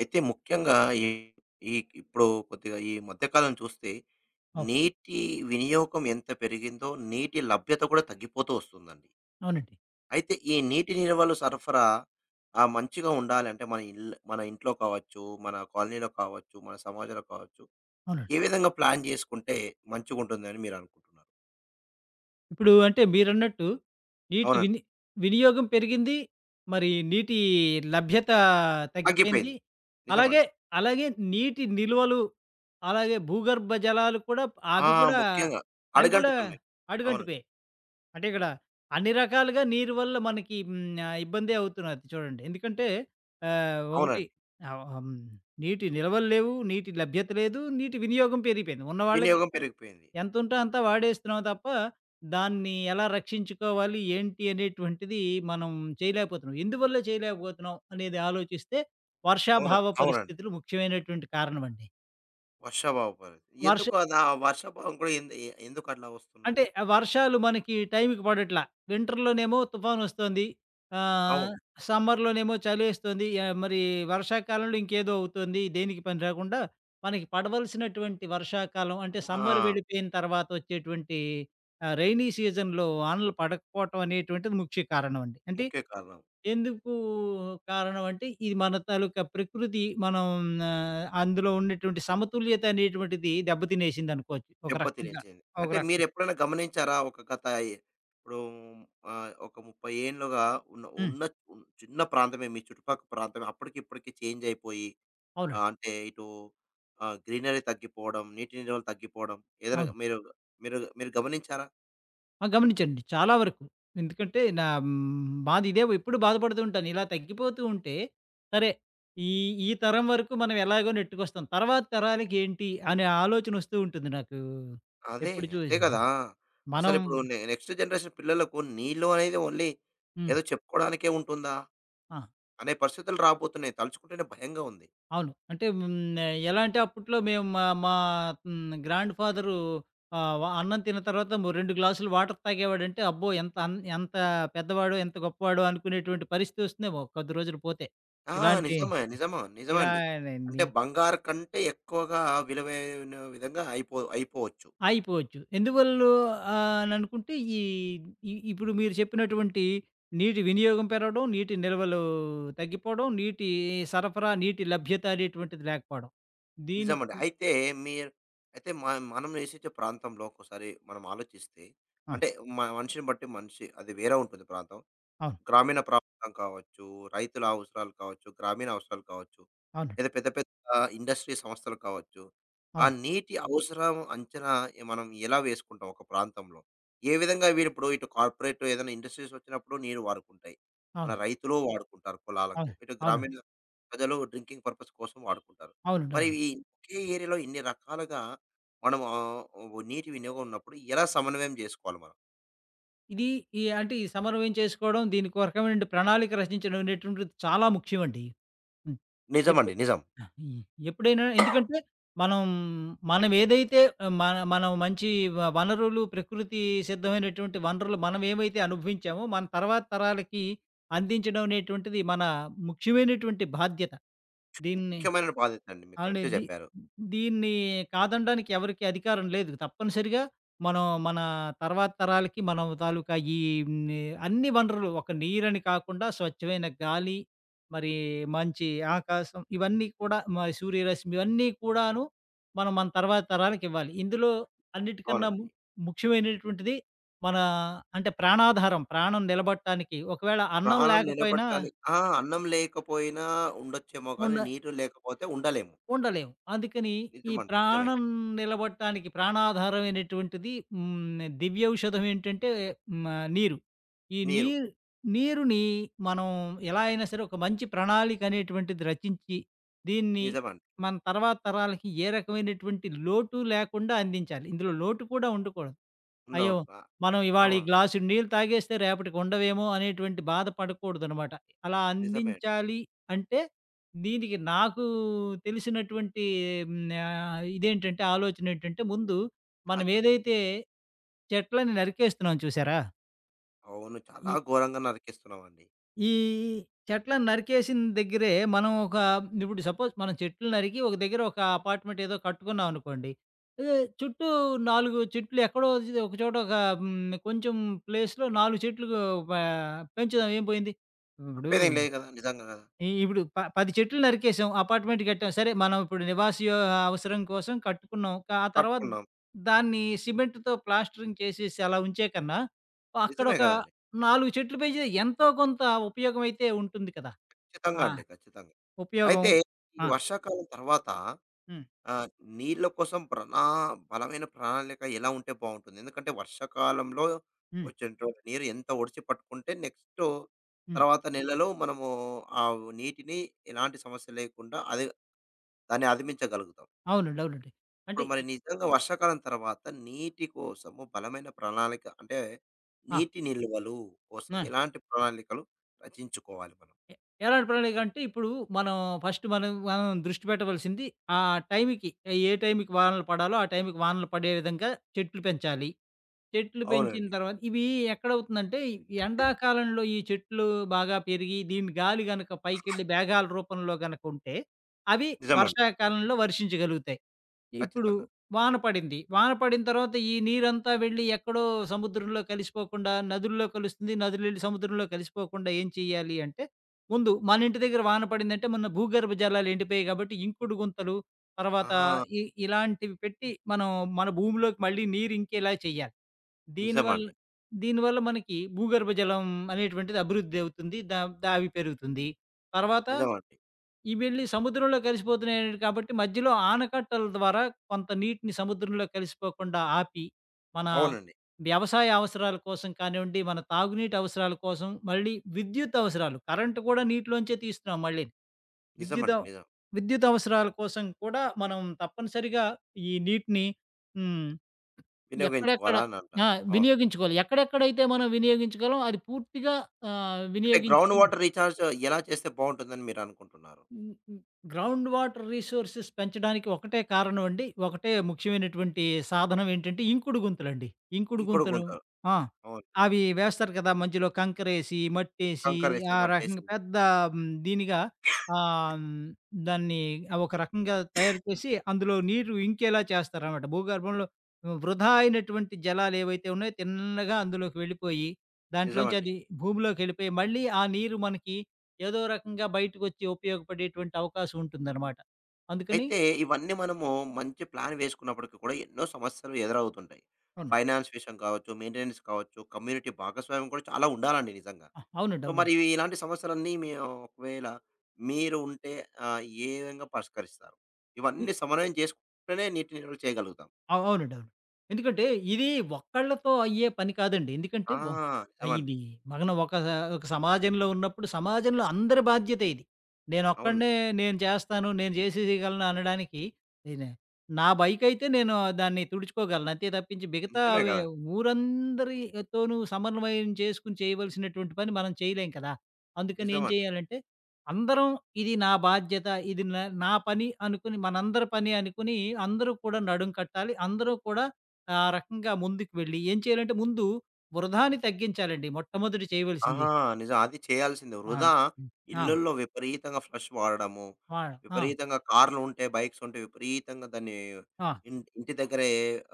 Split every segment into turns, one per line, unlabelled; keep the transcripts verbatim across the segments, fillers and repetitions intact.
అయితే ముఖ్యంగా ఈ ఈ ఇప్పుడు కొద్దిగా ఈ మధ్యకాలం చూస్తే
అవును.
నీటి వినియోగం ఎంత పెరిగిందో నీటి లభ్యత కూడా తగ్గిపోతూ వస్తుందండి.
అవునండి.
అయితే ఈ నీటి నిల్వలు సరఫరా ఆహ్, మంచిగా ఉండాలంటే మన ఇల్ మన ఇంట్లో కావచ్చు, మన కాలనీలో కావచ్చు, మన సమాజంలో కావచ్చు,
అవునండి.
ఏ విధంగా ప్లాన్ చేసుకుంటే మంచిగుంటుందని మీరు అనుకుంటున్నారు?
ఇప్పుడు అంటే మీరన్నట్టు నీటి
అవునండి.
విని వినియోగం పెరిగింది. మరి నీటి లభ్యత తగ్గిపోయింది.
తగ్గిపోయింది.
అలాగే,
నిజమండి.
అలాగే నీటి నిల్వలు, అలాగే భూగర్భ జలాలు కూడా
ఆ!
అవి కూడా
ముఖ్యంగా
అవి కూడా
అడుగంటుతున్నాయి. అవును.
అడుగంటిపోయాయి. అంటే ఇక్కడ అన్ని రకాలుగా నీరు వల్ల మనకి హ్మ్. ఆహ్, ఇబ్బందే అవుతున్నది చూడండి. ఎందుకంటే ఆహ్, ఒకటి
అవునండి.
ఆహ్, హ్మ్. నీటి నిల్వలు లేవు. నీటి లభ్యత లేదు. నీటి వినియోగం పెరిగిపోయింది. ఉన్నవాళ్ళకి
వినియోగం పెరిగిపోయింది.
ఎంతుంటే అంతా వాడేస్తున్నాం తప్ప, దాన్ని ఎలా రక్షించుకోవాలి, ఏంటి అనేటువంటిది మనం చేయలేకపోతున్నాం. ఎందువల్ల చేయలేకపోతున్నాం అనేది ఆలోచిస్తే,
అవును.
వర్షాభావ
అవునండి.
పరిస్థితులు ముఖ్యమైనటువంటి కారణమండి.
వర్షాభావ పరిస్థితి.
వర్ష
ఎందుకు అది ఆ వర్షాభావం కూడా ఎందు ఎ ఎందుకు అట్లా వస్తున్నాయి?
అంటే ఆ వర్షాలు మనకి టైంకి పడట్లా. వింటర్‌లోనేమో తుఫానొస్తోంది. ఆహ్,
అవును.
సమ్మర్‌లోనేమో చలేస్తోంది. యాహ్, మరి వర్షాకాలంలో ఇంకేదో అవుతోంది. దేనికి పని రాకుండా మనకి పడవలసినటువంటి వర్షాకాలం అంటే సమ్మర్
ఆ!
వెళ్ళిపోయిన తర్వాత వచ్చేటువంటి ఆహ్, రైనీ సీజన్‌లో వానలు పడకపోవటం అనేటువంటిది ముఖ్య కారణం అండి. అంటే
ముఖ్య కారణం.
ఎందుకు కారణం అంటే ఇది మన తాలూకా ప్రకృతి మనం ఆహ్, అందులో ఉన్నటువంటి సమతుల్యత అనేటువంటిది దెబ్బతినేసిందనుకోవచ్చు. ఒక
దెబ్బ
రకంగా.
తినేసింది.
ఒక
అంటే
రకంగా.
మీరెప్పుడైనా గమనించారా? ఒక గత ఎ ఇప్పుడు ఆహ్, ఒక ముప్పై ఏండ్లుగా ఉన్న
హ్మ్.
ఉన్న ఉన్- చిన్న ప్రాంతమే మీ చుట్టుపక్కల ప్రాంతమే అప్పటికి ఇప్పటికి చేంజ్ అయిపోయి ఆహ్,
అవునండి.
అంటే ఇటు ఆహ్, గ్రీనరీ తగ్గిపోవడం, నీటి నిల్వలు తగ్గిపోవడం ఏదైనా
అవును.
మీరు మీరు మీరు గమనించారా?
ఆ! గమనించండి చాలా వరకు. ఎందుకంటే నా హ్మ్, బాధ ఇదే ఎప్పుడు బాధపడుతూ ఉంటాను. ఇలా తగ్గిపోతూ ఉంటే, సరే ఈ ఈ తరం వరకు మనం ఎలాగో నెట్టుకొస్తాం. తర్వాత తరాలకి ఏంటి అనే ఆలోచనొస్తూ ఉంటుంది నాకు
అదే.
ఎప్పుడు
అదే
చూసి.
కదా!
మనం.
అసలిప్పుడు నె నెక్స్ట్ జనరేషన్ పిల్లలకు నీళ్ళు అనేది ఓన్లీ
హ్మ్.
ఏదో చెప్పుకోవడానికే ఉంటుందా?
ఆ!
అనే పరిస్థితులు రాబోతున్నాయి. తలుచుకుంటేనే భయంగా ఉంది.
అవును. అంటే హ్మ్. ఎలా అంటే అప్పట్లో మేము మా మా హ్మ్. గ్రాండ్ ఫాదరు ఆహ్, వ అన్నం తిన్న తర్వాత మో రెండు గ్లాసులు వాటర్ తాగేవాడంటే, అబ్బో! ఎంత అన్ ఎంత పెద్దవాడో, ఎంత గొప్పవాడో అనుకునేటువంటి పరిస్థితి వస్తుందేమో కొద్ది రోజులు పోతే.
ఆ!
ఇలాంటి
నిజమే. నిజమా నిజమండి. అంటే
ఇలానండి.
బంగారు కంటే ఎక్కువగా విలువైన విధంగా అయిపో అయిపోవచ్చు.
ఆగిపోవచ్చు. ఎందువల్లో ఆహ్, అని అనుకుంటే ఈ ఇ ఇప్పుడు మీరు చెప్పినటువంటి నీటి వినియోగం పెరగడం, నీటి నిల్వలు తగ్గిపోవడం, నీటి సరఫరా, నీటి లభ్యత అనేటువంటిది లేకపోవడం. దీనికి
నిజమండి. అయితే మీరు అయితే మ మనం నివసించే ప్రాంతంలో ఒక్కోసారి మనం ఆలోచిస్తే
ఆ!
అంటే మ మనిషిని బట్టి మనిషి అది వేరే ఉంటుంది ప్రాంతం.
అవును.
గ్రామీణ ప్రాంతం కావచ్చు, రైతుల అవసరాలు కావచ్చు, గ్రామీణ అవసరాలు కావచ్చు,
అవునండి.
లేదా పెద్ద పెద్ద ఇండస్ట్రీ సంస్థలు కావచ్చు. ఆ
అవును.
నీటి అవసరం అంచనా ఎ మనం ఎలా వేసుకుంటాం ఒక ప్రాంతంలో? ఏ విధంగా వీరిప్పుడు ఇటు కార్పొరేట్ ఏదైనా ఇండస్ట్రీస్ వచ్చినప్పుడు నీరు వాడుకుంటాయి. మన
అవును.
రైతులు వాడుకుంటారు పొలాలకు.
అవును.
ఇటు
అవునండి.
గ్రామీణ ప్రజలు డ్రింకింగ్ పర్పస్ కోసం వాడుకుంటారు.
అవునండి.
మరి
అవునండి.
ఈ ఒకే ఏరియాలో ఇన్ని రకాలుగా మనం ఆహ్, నీటి వినియోగం ఉన్నప్పుడు ఎలా సమన్వయం జేసుకోవాలి మనం?
ఇది ఈ అంటే ఈ సమన్వయం చేసుకోవడం, దీనికి ఒక రకమైన ప్రణాళిక రచించడం అనేటువంటిది చాలా ముఖ్యమండి. హ్మ్.
నిజమండి.
ఎప్పుడు
నిజం.
ఆ! ఈ ఎప్పుడైనా ఎందుకంటే మనం మనమేదైతే మన మనం మంచి వ వనరులు, ప్రకృతి సిద్ధమైనటువంటి వనరులు మనమేమైతే అనుభవించామో, మన తర్వాత తరాలకి అందించడం అనేటువంటిది మన ముఖ్యమైనటువంటి బాధ్యత. దీన్ని.
ముఖ్యమైన బాధ్యత అండి. మీరు
అవును.
కరెక్టే
దీ
జెప్పారు.
దీన్ని కాదనడానికి ఎవరికీ అధికారం లేదు. తప్పనిసరిగా మనం మన తర్వాత తరాలకి మనం తాలూకా ఈ ని అన్ని వనరులు ఒక నీరని కాకుండా స్వచ్ఛమైన గాలి, మరి మంచి ఆకాశం ఇవన్నీ కూడా మరి సూర్యరశ్మి ఇవన్నీ కూడాను మనం మన తర్వాత తరాలకివ్వాలి. ఇందులో అన్నిటికన్నా ము
అవునండి.
ముఖ్యమైనటువంటిది మన అంటే ప్రాణాధారం. ప్రాణం నిలబడటానికి ఒకవేళ అన్నం
ప్రాణం
లేకపోయినా
నిలబడటానికి ఆ! అన్నం లేకపోయినా ఉండొచ్చేమో కానీ,
ఉండ
నీరు లేకపోతే ఉండలేము.
ఉండలేము. అందుకని ఈ
నిజమండి. నిజమే.
ప్రాణం నిలబడటానికి ప్రాణాధారమైనటువంటిది హ్మ్. దివ్యౌషధం ఏంటంటే హ్మ్. ఆహ్, నీరు. ఈ
నీరు.
నీరు నీరుని మనం ఎలా అయినా సరే ఒక మంచి ప్రణాళిక అనేటువంటిది రచించి, దీన్ని
నిజమండి.
మన తర్వాత తరాలకి ఏ రకమైనటువంటి లోటు లేకుండా అందించాలి. ఇందులో లోటు కూడా ఉండకూడదు. అయ్యో!
ఉండవును. ఆ!
మనం ఇవాళ ఈ
అవును.
గ్లాసుడు నీళ్ళు తాగేస్తే రేపటికి ఉండవేమో అనేటువంటి బాధ పడకూడదనమాట. అలా
నిజమే అండి.
అందించాలి అంటే దీనికి నాకు తెలిసినటువంటి హ్మ్, ఆహ్, ఇదేంటంటే ఆలోచనేంటంటే ముందు
ఆ!
మనం
చెప్పండి.
ఏదైతే చెట్లని నరికేస్తున్నాం చూసారా?
అవును. చాలా
ఈ
ఘోరంగా నరికిస్తున్నామండి.
ఈ చెట్లను నరికేసిన దగ్గరే మనం ఒక ఇప్పుడు సపోజ్ మనం చెట్లు నరికి ఒక దగ్గర ఒక అపార్ట్మెంట్ ఏదో కట్టుకున్నాం అనుకోండి. ఏ చుట్టూ నాలుగు చెట్లు ఎక్కడో ఒక చోట ఒక హ్మ్, కొంచెం ప్లేస్‌లో నాలుగు చెట్లు ఆహ్, పెంచుదాం ఏం పోయింది? ఇప్పుడు
తప్పేదేం లేదు కదా! నిజంగా కదా!
ఇ ఇప్పుడు ప పది చెట్లు నరికేసాం. అపార్ట్మెంట్ కట్టాం. సరే మనం ఇప్పుడు నివాస యో అవసరం కోసం కట్టుకున్నాం. కా- ఆ తర్వాత
కట్టుకున్నాం.
దాన్ని సిమెంట్‌తో ప్లాస్టరింగ్ చేసేసి అలా ఉంచే కన్నా,
నిజమే
అక్కడొక
కదండీ.
నాలుగు చెట్లు పెంచితే ఎంతో కొంత ఉపయోగం అయితే ఉంటుంది కదా!
ఖచ్చితంగా
ఆ!
అండి. ఖచ్చితంగా.
ఉపయోగం
అయితే ఈ
ఆ!
వర్షాకాలం తర్వాత
హ్మ్.
ఆ! నీళ్ళ కోసం ప్రణా బలమైన ప్రణాళిక ఎలా ఉంటే బావుంటుంది? ఎందుకంటే వర్షాకాలంలో
హ్మ్.
వచ్చేటువంటి నీరు ఎంత ఒడిసి పట్టుకుంటే నెక్స్ట్
హ్మ్.
తర్వాత నెలలో మనము ఆ నీటిని ఎలాంటి సమస్య లేకుండా అది దాన్ని అధిమించగలుగుతాం.
అవునండి. అవునండి. అంటే
ఇప్పుడు మరి
ఇ-
నిజంగా వర్షాకాలం తర్వాత నీటి కోసము బలమైన ప్రణాళిక అంటే
ఆ!
నీటి నిల్వలు కోసం
ఆ!
ఎలాంటి ప్రణాళికలు రచించుకోవాలి మనం?
ఎ ఎలాంటి ప్రణాళిక అంటే ఇప్పుడు మనం ఫస్ట్ మనం మనం దృష్టి పెట్టవలసింది ఆ టైంకి ఏ టైంకి వానలు పడాలో ఆ టైంకి వానలు పడే విధంగా చెట్లు పెంచాలి. చెట్లు పెంచిన
అవునండి.
తర్వాత ఇవి ఎక్కడవుతుందంటే, ఈ ఎండాకాలంలో ఈ చెట్లు బాగా పెరిగి, దీని గాలి గనక పైకెళ్ళి మేఘాల రూపంలో గనక ఉంటే, అవి
నిజమండి.
వర్షాకాలంలో వర్షించగలుగుతాయి. ఇప్పుడు
ఖచ్చితంగా.
వాన పడింది. వాన పడిన తర్వాత ఈ నీరంతా వెళ్ళి ఎక్కడో సముద్రంలో కలిసిపోకుండా నదుల్లో కలుస్తుంది. నదులెళ్ళి సముద్రంలో కలిసిపోకుండా ఏం చేయాలి అంటే, ముందు మన ఇంటి దగ్గర వాన పడిందంటే మన భూగర్భ జలాలు ఎండిపోయాయి కాబట్టి ఇంకుడు గుంతలు, తర్వాత
ఆ!
ఇ ఇలాంటివి పెట్టి మనం మన భూమిలోకి మళ్ళీ నీరు ఇంకేలా చేయాలి. దీనివల్ల
నిజమండి.
దీనివల్ల మనకి భూగర్భ జలం అనేటువంటిది అభివృద్ధి అవుతుంది. దా ద అవి పెరుగుతుంది. తర్వాత
నిజమండి.
ఇవెళ్ళి సముద్రంలో కలిసిపోతున్నాయి కాబట్టి మధ్యలో ఆనకట్టల ద్వారా కొంత నీటిని సముద్రంలో కలిసిపోకుండా ఆపి, మన
అవునండి.
వ్యవసాయ అవసరాల కోసం కానివ్వండి, మన తాగునీటి అవసరాల కోసం, మళ్ళీ విద్యుత్ అవసరాలు కరెంట్ కూడా నీటిలోంచే తీస్తున్నాం మళ్ళీ. విద్యుత్
నిజమండి.
అవ్
నిజం.
విద్యుత్ అవసరాల కోసం కూడా మనం తప్పనిసరిగా ఈ నీటిని హ్మ్. ఎక్కడెక్కడ,
వినియోగించుకోవాలా అని
ఆ,
అంటారు. అవును.
వినియోగించుకోవాలి. ఎక్కడెక్కడైతే మనం వినియోగించుకోవాలో అది పూర్తిగా ఆహ్,
అంటే గ్రౌండ్
వినియోగించుకుని.
వాటర్ రీచార్జ్ ఎలా చేస్తే బావుంటుందని మీరనుకుంటున్నారు?
హ్మ్. హ్మ్. గ్రౌండ్ వాటర్ రిసోర్సెస్ పెంచడానికి ఒకటే కారణం అండి. ఒకటే ముఖ్యమైనటువంటి సాధనం ఏంటంటే, ఇంకుడు గుంతలండి. ఇంకుడు
ఇంకుడు
గుంతలు.
గుంతలు.
ఆ!
అవును.
అవి వేస్తారు కదా! మధ్యలో కంకరేసి, మట్టేసి
కంకరేసి,
ఆ రకంగా
మట్టేసి.
పెద్ద హ్మ్, దీనిగా ఆహ్, హ్మ్, దాన్ని ఒక రకంగా తయారు చేసి, అందులో నీరు ఇంకేలా చేస్తారనమాట. భూగర్భంలో వృధా అయినటువంటి జలాలు ఏవైతే ఉన్నాయో తిన్నగా అందులోకి వెళ్ళిపోయి, దాంట్లోంచి
నిజమండి.
అది భూమిలోకెళ్ళిపోయి, మళ్ళీ ఆ నీరు మనకి ఏదో రకంగా బయటకొచ్చి ఉపయోగపడేటువంటి అవకాశం ఉంటుందనమాట. అందుకని
అయితే ఇవన్నీ మనము మంచి ప్లాన్ వేసుకున్నప్పటికి కూడా ఎన్నో సమస్యలు ఎదురవుతుంటాయి.
అవును.
ఫైనాన్స్ విషయం కావచ్చు, మెయింటెనెన్స్ కావచ్చు, కమ్యూనిటీ భాగస్వామ్యం కూడా చాలా ఉండాలండి నిజంగా.
ఆ! అవునండి.
సో, మరి
అవునండి.
ఇవి ఇలాంటి సమస్యలన్నీ మీ ఒకవేళ మీరు ఉంటే ఆహ్, ఏ విధంగా పరిష్కరిస్తారు?
ఇ
ఇవన్నీ సమన్వయం చేసుకుంటేనే నీటిని నిల్వ చేయగలుగుతాం.
అవు అవునండి. అవును. ఎందుకంటే ఇది ఒక్కళ్ళతో అయ్యే పని కాదండి. ఎందుకంటే
ఆ!
ఒ ఆహ్,
నిజమండి.
ఇది మనం ఒక ఒక సమాజంలో ఉన్నప్పుడు సమాజంలో అందరి బాధ్యతే ఇది.
అవును.
నేనొక్కడినే నేను చేస్తాను, నేను చేసేయగలను అనడానికి నేనే నా బైకయితే నేను దాన్ని తుడుచుకోగలను. అంతే తప్పించి మిగతా
నిజమే
వె
కదండీ.
ఊరందరితోనూ సమన్వయం చేసుకొని చేయవలసినటువంటి పని మనం చేయలేం కదా! అందుకని ఏం
నిజమండి.
చేయాలంటే అందరం ఇది నా బాధ్యత. ఇది న నా పని అనుకుని, మనందరి పని అనుకుని అందరూ కూడా నడుం కట్టాలి. అందరూ కూడా ఆ రకంగా ముందుకు వెళ్ళి ఏం చేయాలంటే ముందు వృధాని తగ్గించాలండి మొట్టమొదటి చేయవలసింది.
ఆహా! నిజం. అది చేయాల్సిందే.
ఆ!
వృధా
హ్మ్. ఆ!
ఇళ్లల్లో విపరీతంగా ఫ్లష్ వాడడము,
వాడ ఆ!
విపరీతంగా కార్లు ఉంటే, బైక్స్ ఉంటే విపరీతంగా దాన్ని
ఆ!
ఇన్ ఇంటి దగ్గరే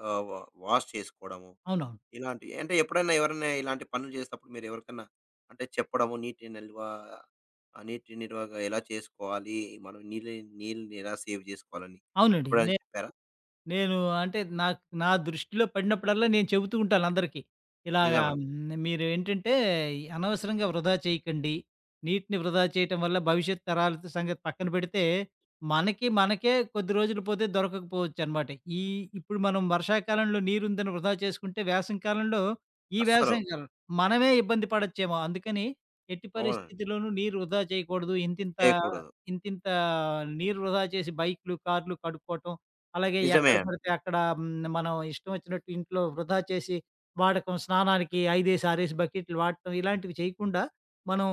ఆహ్, వా వాష్ చేసుకోవడము.
అవునవును.
ఇలాంటివి అంటే ఎప్పుడైనా ఎవరైనా ఇలాంటి పనులు చేసేటప్పుడు మీరు ఎవరికన్నా అంటే చెప్పడము నీటి నిల్వ ఆ! నీటి నిల్వగా ఎలా చేసుకోవాలి? మనం నీళ్ళ నీళ్ళని ఎలా సేవ్ చేసుకోవాలని
అవునండి.
ఎప్పుడైనా
నే
చెప్పారా?
నేను అంటే నాకు నా దృష్టిలో పడినప్పుడల్లా నేను చెబుతూ ఉంటాను అందరికీ. ఇలాగా
నిజమండి.
హ్మ్, మీరేంటంటే అనవసరంగా వృధా చేయకండి. నీటిని వృధా చేయటం వల్ల భవిష్యత్ తరాల సంగతి పక్కన పెడితే, మనకి మనకే కొద్ది రోజులు పోతే దొరకకపోవచ్చనమాట. ఈ ఇప్పుడు మనం వర్షాకాలంలో నీరుందని వృధా చేసుకుంటే, వేసవి కాలంలో ఈ
అస్సలు
వేసవి కాలం మనమే ఇబ్బంది పడొచ్చేమో. అందుకని ఎట్టి
అవునండి.
పరిస్థితిలోనూ నీరు వృధా చేయకూడదు. ఇంతింత
చేయకూడదు.
ఇంతింత నీరు వృధా చేసి బైక్‌లు, కార్‌లు కడుక్కోవటం అలాగే
నిజమే
ఎక్కడ
అండి.
పడితే అక్కడ హ్మ్, మనం ఇష్టం వచ్చినట్టు ఇంట్లో వృధా చేసి వాడకం, స్నానానికి ఐదేసి, ఆరేసి బకెట్లు వాడటం ఇలాంటివి చేయకుండా, మనం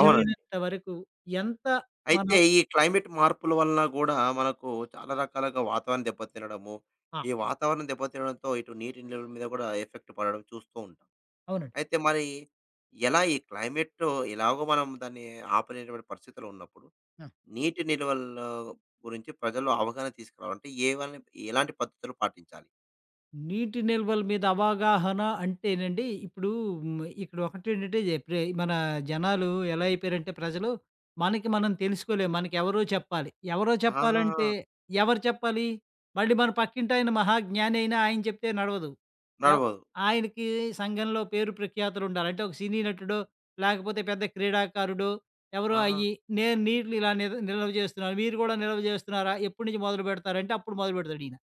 అవునండి.
వరకు ఎంత
అయితే
మనం.
ఈ క్లైమేట్ మార్పుల వలన గూడా మనకు చాలా రకాలుగా వాతావరణం దెబ్బతినడము,
ఆ!
ఈ వాతావరణం దెబ్బతినడంతో ఇటు నీటి నిలువల మీద గూడా ఎఫెక్ట్ పడడం చూస్తూ ఉంటాం.
అవునండి.
అయితే మరి ఎలా ఈ క్లైమేట్టు ఎలాగో మనం దాన్ని ఆపలేనటువంటి పరిస్థితిలో ఉన్నప్పుడు, నీటి నిల్వల గురించి ప్రజల్లో అవగాహన తీసుకురావాలంటే ఏవని ఎలాంటి పద్ధతులు పాటించాలి?
నీటి నిల్వల మీద అవగాహన అంటేనండి, ఇప్పుడు హ్మ్. ఇక్కడ ఒకటేంటంటే ప్రే మన జనాలు ఎలా అయిపోయారంటే ప్రజలు, మనకి మనం తెలుసుకోలేము. మనకెవరో చెప్పాలి. ఎవరో చెప్పాలంటే
ఆ!
ఎవరు చెప్పాలి? మళ్ళీ మన పక్కింటాయన మహా జ్ఞాని అయినా ఆయన చెప్తే నడవదు. ఎవ్
నడవదు.
ఆయనకి సంఘంలో పేరు ప్రఖ్యాతులుండాలి. అంటే ఒక సినీ నటుడో, లేకపోతే పెద్ద క్రీడాకారుడో ఎవరో
ఆ!
అయ్యి, నేను నీటిని ఇలా నిల్ నిల్వ చేస్తున్నాను. మీరు కూడా నిల్వ చేస్తున్నారా? ఎప్పటి నుంచి మొదలుపెడతారంటే అప్పుడు మొదలుపెడతాడు ఈయన.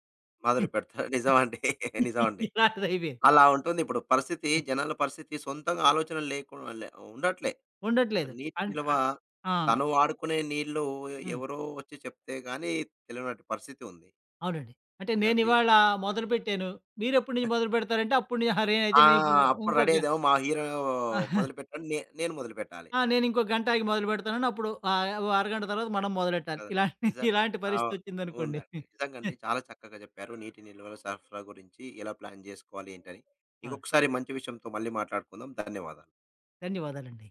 మొదలుపెడతారు. నిజమండి. నిజమండి.
ఇలాంటిదయిపోయింది.
అలా ఉంటుంది ఇప్పుడు పరిస్థితి, జనాల పరిస్థితి సొంతంగా ఆలోచనలు లేకుండా లే ఉండట్లే.
ఉండట్లేదు.
నీటి
అన్
నిల్వ
ఆహ్, ఆ!
తను వాడుకునే నీళ్ళు
హ్మ్.
ఎవరో వచ్చి చెప్తే గాని తెలియనట్టి పరిస్థితి ఉంది.
అవునండి. అంటే
నిజం ని
నేనివాళ మొదలుపెట్టాను. మీరెప్పటి నుంచి మొదలుపెడతారంటే అప్పుడు నే అరే! అయితే
ఆ!
నీకు ఇంకో
అప్పుడు
ఇంకో
రెడీ
గ
అయిదాము మా హీరో మొదలుపెట్టాడు. నే నేను మొదలుపెట్టాలి.
ఆ! నేనింకో గంట ఆగి మొదలుపెడతానని అప్పుడు ఆహ్, ఓ అరగంట తర్వాత మనం మొదలెట్టాలి.
కదా!
ఇలాంటి
నిజం
ఇలాంటి
అవ్
పరిస్థితొచ్చిందనుకోండి.
ఉందండి. నిజంగండి. చాలా చక్కగా చెప్పారు. నీటి నిల్వల సరఫరా గురించి ఎలా ప్లాన్ జేసుకోవాలి ఏంటని.
అవును.
ఇంకొకసారి మంచి విషయంతో మళ్ళీ మాట్లాడుకుందాం. ధన్యవాదాలు.
ధన్యవాదాలండి.